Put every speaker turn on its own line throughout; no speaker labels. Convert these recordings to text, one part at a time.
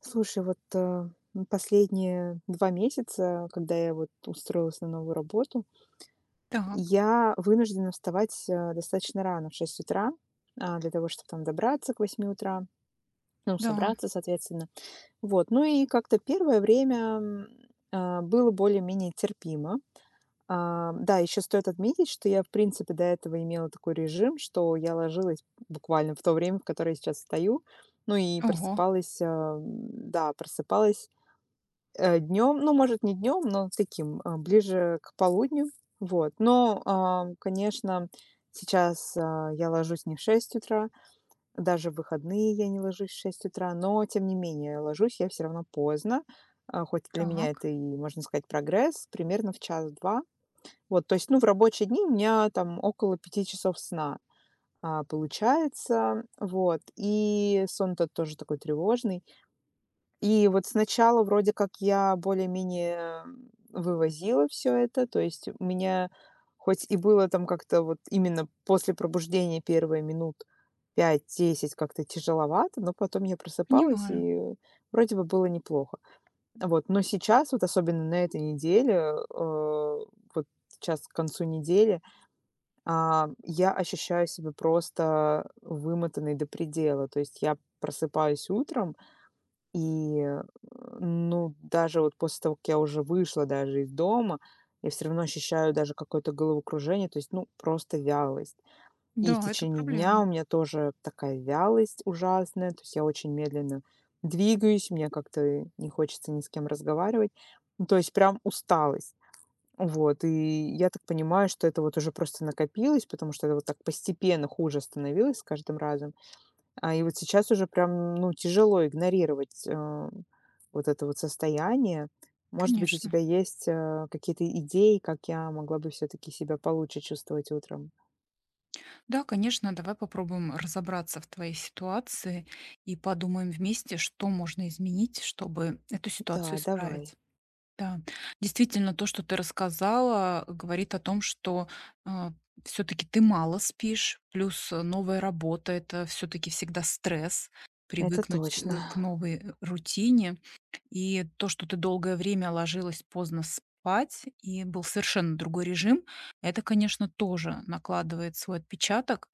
Слушай, вот, последние 2 месяца, когда я вот устроилась на новую работу,
Так,
я вынуждена вставать, достаточно рано, в 6 утра, для того, чтобы там добраться к 8 утра, ну,
да.
собраться, соответственно. Вот, ну и как-то первое время, было более-менее терпимо. Да, еще стоит отметить, что я, в принципе, до этого имела такой режим, что я ложилась буквально в то время, в которое я сейчас встаю, ну и
Ого,
просыпалась, да, просыпалась днем, ну, может, не днем, но таким, ближе к полудню. Вот. Но, конечно, сейчас, я ложусь не в 6 утра, даже в выходные я не ложусь в 6 утра, но тем не менее ложусь я все равно поздно. Хоть для меня это
так,
и, можно сказать, прогресс, примерно в час-два. Вот, то есть, ну, в рабочие дни у меня там около 5 часов сна, получается. Вот, и сон тот тоже такой тревожный. И вот сначала вроде как я более-менее вывозила все это. То есть у меня хоть и было там как-то вот именно после пробуждения первые минут 5-10 как-то тяжеловато, но потом я просыпалась,
понимаю.
и вроде бы было неплохо. Вот, но сейчас, вот особенно на этой неделе, вот сейчас к концу недели, я ощущаю себя просто вымотанной до предела. То есть я просыпаюсь утром, и, ну, даже вот после того, как я уже вышла даже из дома, я все равно ощущаю даже какое-то головокружение, то есть, ну, просто вялость. И в
Да, это
течение
проблема.
дня у меня тоже такая вялость ужасная, то есть я очень медленно двигаюсь, мне как-то не хочется ни с кем разговаривать. Ну, то есть прям усталость. Вот, и я так понимаю, что это вот уже просто накопилось, потому что это вот так постепенно хуже становилось с каждым разом. И вот сейчас уже прям, ну, тяжело игнорировать, вот это вот состояние. Может быть, у
Конечно.
тебя есть, какие-то идеи, как я могла бы все таки себя получше чувствовать утром?
Да, конечно, давай попробуем разобраться в твоей ситуации и подумаем вместе, что можно изменить, чтобы эту ситуацию
Да,
исправить.
давай.
Да, действительно, то, что ты рассказала, говорит о том, что все-таки ты мало спишь, плюс новая работа — это все-таки всегда стресс,
Это
привыкнуть к
точно.
новой рутине. И то, что ты долгое время ложилась поздно спать, и был совершенно другой режим, это, конечно, тоже накладывает свой отпечаток.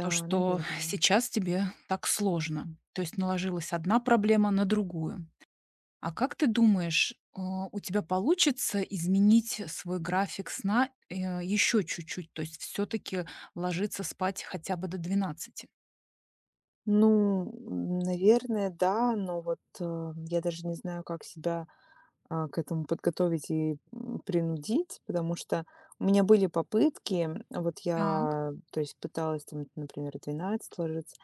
То, что
наверное.
сейчас тебе так сложно. То есть наложилась одна проблема на другую. А как ты думаешь, у тебя получится изменить свой график сна еще чуть-чуть? То есть все-таки ложиться спать хотя бы до двенадцати?
Ну, наверное, да, но вот, я даже не знаю, как себя к этому подготовить и принудить, потому что у меня были попытки, вот
Так,
я, то есть пыталась там, например, в 12 ложиться,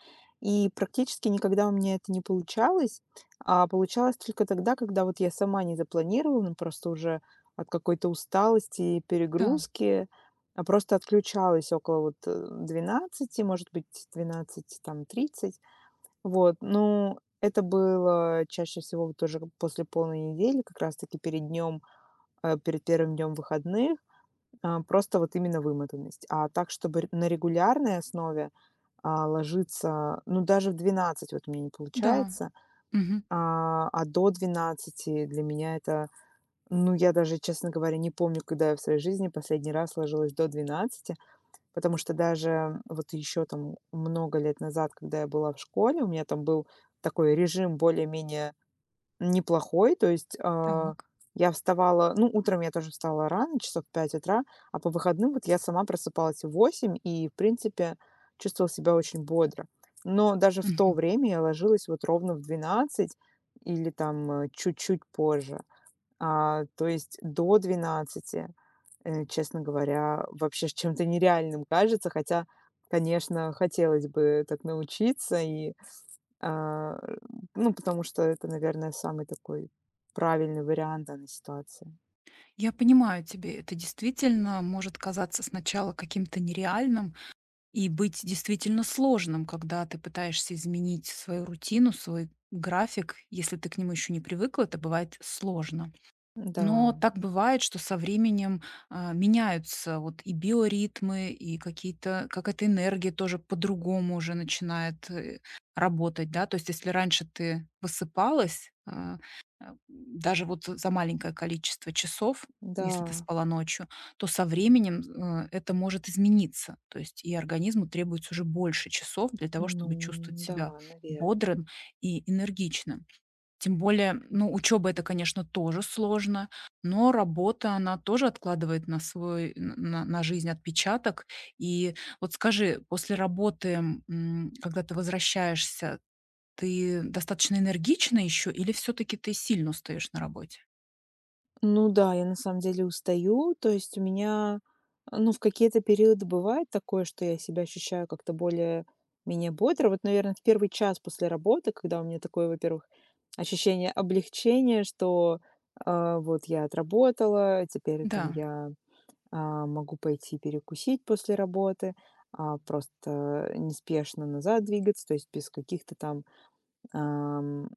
и практически никогда у меня это не получалось, а получалось только тогда, когда вот я сама не запланировала, ну, просто уже от какой-то усталости и
да,
перегрузки, а просто отключалась около вот 12, может быть, 12, там, 30 вот, ну, это было чаще всего вот тоже после полной недели, как раз-таки перед днем, перед первым днем выходных, просто вот именно вымотанность. А так, чтобы на регулярной основе ложиться, ну, даже в 12 вот мне не
да.
получается,
Мгм.
до 12 для меня это, ну, я даже, честно говоря, не помню, когда я в своей жизни последний раз ложилась до 12. Потому что даже вот еще там много лет назад, когда я была в школе, у меня там был такой режим более-менее неплохой. То есть,
Так.
я вставала ну, утром я тоже встала рано, часов в 5 утра, а по выходным вот я сама просыпалась в 8 и, в принципе, чувствовала себя очень бодро. Но даже в то время я ложилась вот ровно в 12 или там, чуть-чуть позже. То есть до 12, честно говоря, вообще ж чем-то нереальным кажется, хотя, конечно, хотелось бы так научиться и, а, ну, потому что это, наверное, самый такой правильный вариант данной ситуации.
Я понимаю тебе, это действительно может казаться сначала каким-то нереальным и быть действительно сложным, когда ты пытаешься изменить свою рутину, свой график. Если ты к нему еще не привыкла, это бывает сложно.
Да,
Но так бывает, что со временем, а, меняются вот и биоритмы, и какие-то какая-то энергия тоже по-другому уже начинает, работать, да. То есть если раньше ты высыпалась, даже вот за маленькое количество часов, если ты
да,
спала ночью, то со временем, это может измениться. То есть и организму требуется уже больше часов для того,
ну
чтобы чувствовать себя
да, наверное.
бодрым и энергичным. Тем более, ну, учеба — это, конечно, тоже сложно, но работа, она тоже откладывает на свой н на жизнь отпечаток. И вот скажи, после работы, м, когда ты возвращаешься, ты достаточно энергична еще или все таки ты сильно устаешь на работе?
Ну да, я на самом деле устаю. То есть у меня, ну, в какие-то периоды бывает такое, что я себя ощущаю как-то более-менее бодро. Вот, наверное, в первый час после работы, когда у меня такое, во-первых, ощущение облегчения, что вот я отработала, теперь там
Да,
я могу пойти перекусить после работы, просто неспешно назад двигаться, то есть без каких-то там ам,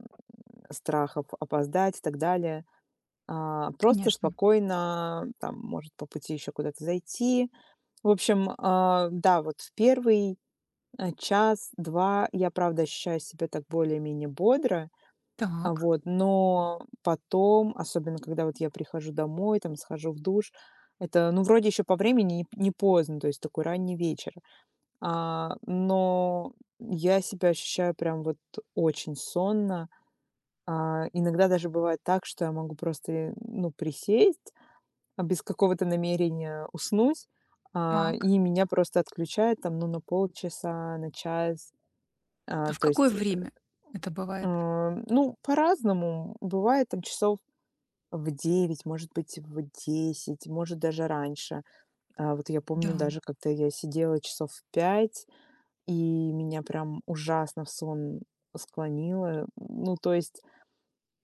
страхов опоздать и так далее. Просто
конечно.
спокойно, там, может, по пути еще куда-то зайти. В общем, да, вот в первый, час-два я, правда, ощущаю себя так более-менее бодро,
Так,
вот, но потом, особенно когда вот я прихожу домой, там, схожу в душ, это, ну, вроде еще по времени не поздно, то есть такой ранний вечер, но я себя ощущаю прям вот очень сонно. Иногда даже бывает так, что я могу просто, ну, присесть без какого-то намерения уснуть,
так.
и меня просто отключает там, ну, на полчаса, на час.
А
А,
в
то
какое
есть,
время это бывает?
ну, по-разному. Бывает там часов в 9 может быть, в 10 может, даже раньше. Вот я
Да,
помню даже, как-то я сидела часов в 5, и меня прям ужасно в сон склонило. Ну, то есть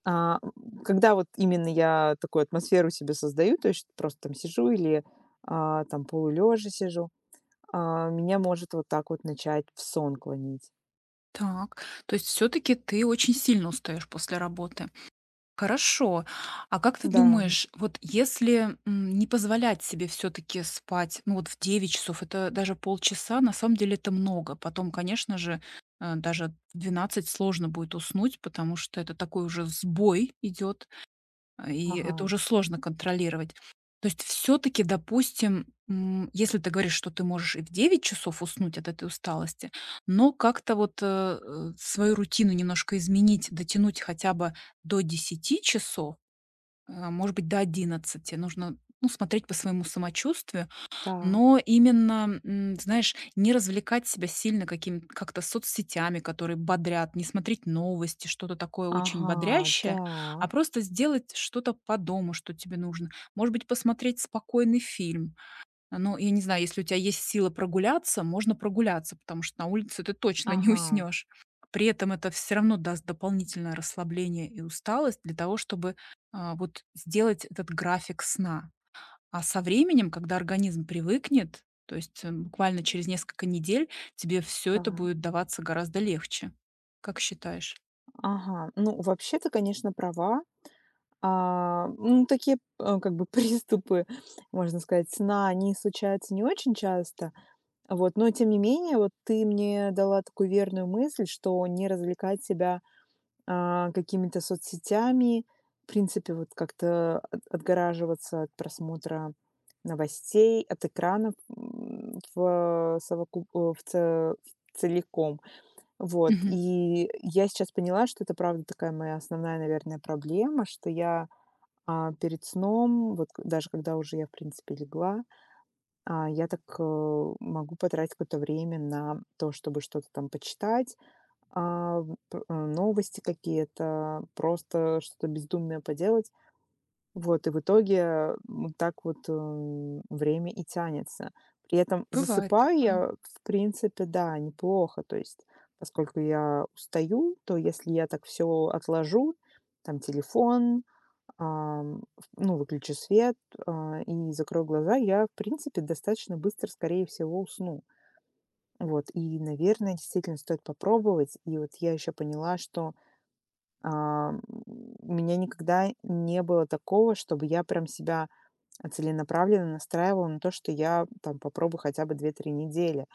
А, м, когда вот именно я такую атмосферу себе создаю, то есть просто там сижу или, там полулежа сижу, меня может вот так вот начать в сон клонить.
так. То есть все таки ты очень сильно устаешь после работы. Хорошо. А как ты
Да.
думаешь, вот если, м, не позволять себе все-таки спать, ну, вот в 9 часов, это даже полчаса, на самом деле это много. Потом, конечно же, даже в 12 сложно будет уснуть, потому что это такой уже сбой идет. А, и это
Ага,
уже сложно контролировать. То есть все таки допустим, м, если ты говоришь, что ты можешь и в 9 часов уснуть от этой усталости, но как-то вот, свою рутину немножко изменить, дотянуть хотя бы до десяти часов, а, может быть, до 11. Нужно, ну, смотреть по своему самочувствию.
так,
Но именно, м, знаешь, не развлекать себя сильно каким как-то соцсетями, которые бодрят, не смотреть новости, что-то такое очень
ага,
бодрящее,
так,
а просто сделать что-то по дому, что тебе нужно. Может быть, посмотреть спокойный фильм. А, ну, я не знаю, если у тебя есть сила прогуляться, можно прогуляться, потому что на улице ты точно не
ага,
уснешь. При этом это все равно даст дополнительное расслабление и усталость для того, чтобы вот сделать этот график сна а со временем, когда организм привыкнет, то есть, буквально через несколько недель, тебе все это
так,
будет даваться гораздо легче. Как считаешь?
ага. Ну, вообще то конечно, права. Ну, такие, как бы приступы, можно сказать, сна, они случаются не очень часто. Вот, но тем не менее, вот ты мне дала такую верную мысль, что не развлекать себя какими-то соцсетями, в принципе, вот как-то отгораживаться от просмотра новостей, от экранов м, в совокуп... э, в ц- в целиком. Вот.
Мгм.
И я сейчас поняла, что это правда такая моя основная, наверное, проблема, что я перед сном, даже когда уже я, в принципе, легла, я так могу потратить какое-то время на то, чтобы что-то там почитать, а, новости какие-то, просто что-то бездумное поделать. Вот, и в итоге вот так вот, время и тянется. При этом
Бывает
засыпаю
такое.
я, в принципе, да, неплохо. То есть, поскольку я устаю, то если я так все отложу, там телефон, ам, в ну, выключу свет, и закрою глаза, я, в принципе, достаточно быстро, скорее всего, усну. Вот, и, наверное, действительно стоит попробовать. И вот я еще поняла, что а, у меня никогда не было такого, чтобы я прям себя целенаправленно настраивала на то, что я там попробую хотя бы 2-3 недели,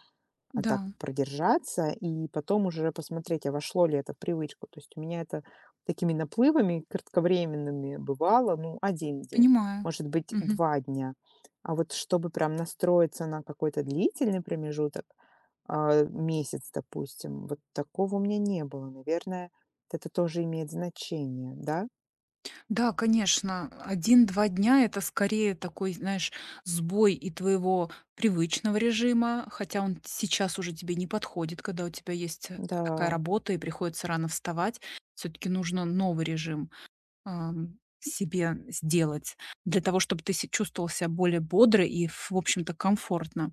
так
Да,
продержаться и потом уже посмотреть, а вошло ли это в привычку. То есть у меня это такими наплывами кратковременными бывало, ну, один день,
понимаю.
может быть,
Мгм.
2 дня. А вот чтобы прям настроиться на какой-то длительный промежуток, месяц, допустим. Вот такого у меня не было. Наверное, это тоже имеет значение, да?
Да, конечно, один-два дня — это скорее такой, знаешь, сбой и твоего привычного режима, хотя он сейчас уже тебе не подходит, когда у тебя есть, такая
Да,
работа и приходится рано вставать. Все таки нужно новый режим. Себе сделать для того, чтобы ты се чувствовал себя более бодро и, в общем-то, комфортно?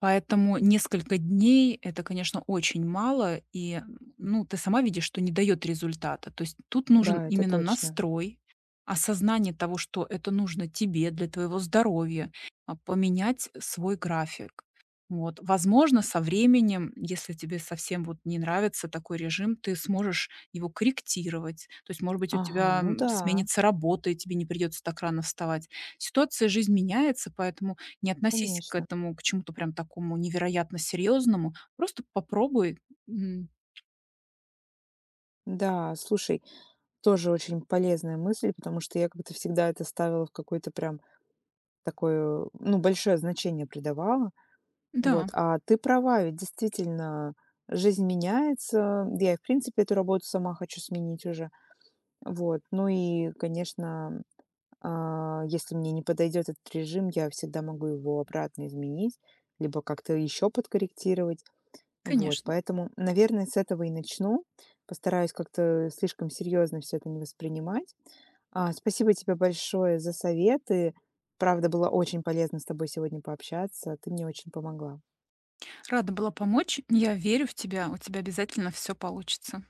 Поэтому несколько дней — это, конечно, очень мало, и, ну, ты сама видишь, что не дает результата. То есть тут нужен
да, это
именно
точно.
настрой, осознание того, что это нужно тебе для твоего здоровья, поменять свой график. Вот. Возможно, со временем, если тебе совсем вот не нравится такой режим, ты сможешь его корректировать. То есть, может быть, у
Ага,
тебя,
ну
м,
да,
сменится работа, и тебе не придется так рано вставать. Ситуация, жизнь меняется, поэтому не относись к
конечно.
этому, к чему-то прям такому невероятно серьезному. Просто попробуй. М,
Да, слушай, тоже очень полезная мысль, потому что я как-то всегда это ставила в какое-то прям такое, ну, большое значение придавала. Вот,
да,
а ты права, ведь действительно жизнь меняется. Я, и, в принципе, эту работу сама хочу сменить уже. Вот, ну и, конечно, если мне не подойдет этот режим, я всегда могу его обратно изменить, либо как-то еще подкорректировать. Вот,
конечно.
поэтому, наверное, с этого и начну. Постараюсь как-то слишком серьезно все это не воспринимать. Спасибо тебе большое за советы. Правда, было очень полезно с тобой сегодня пообщаться. Ты мне очень помогла.
Рада была помочь. Я верю в тебя. У тебя обязательно все получится.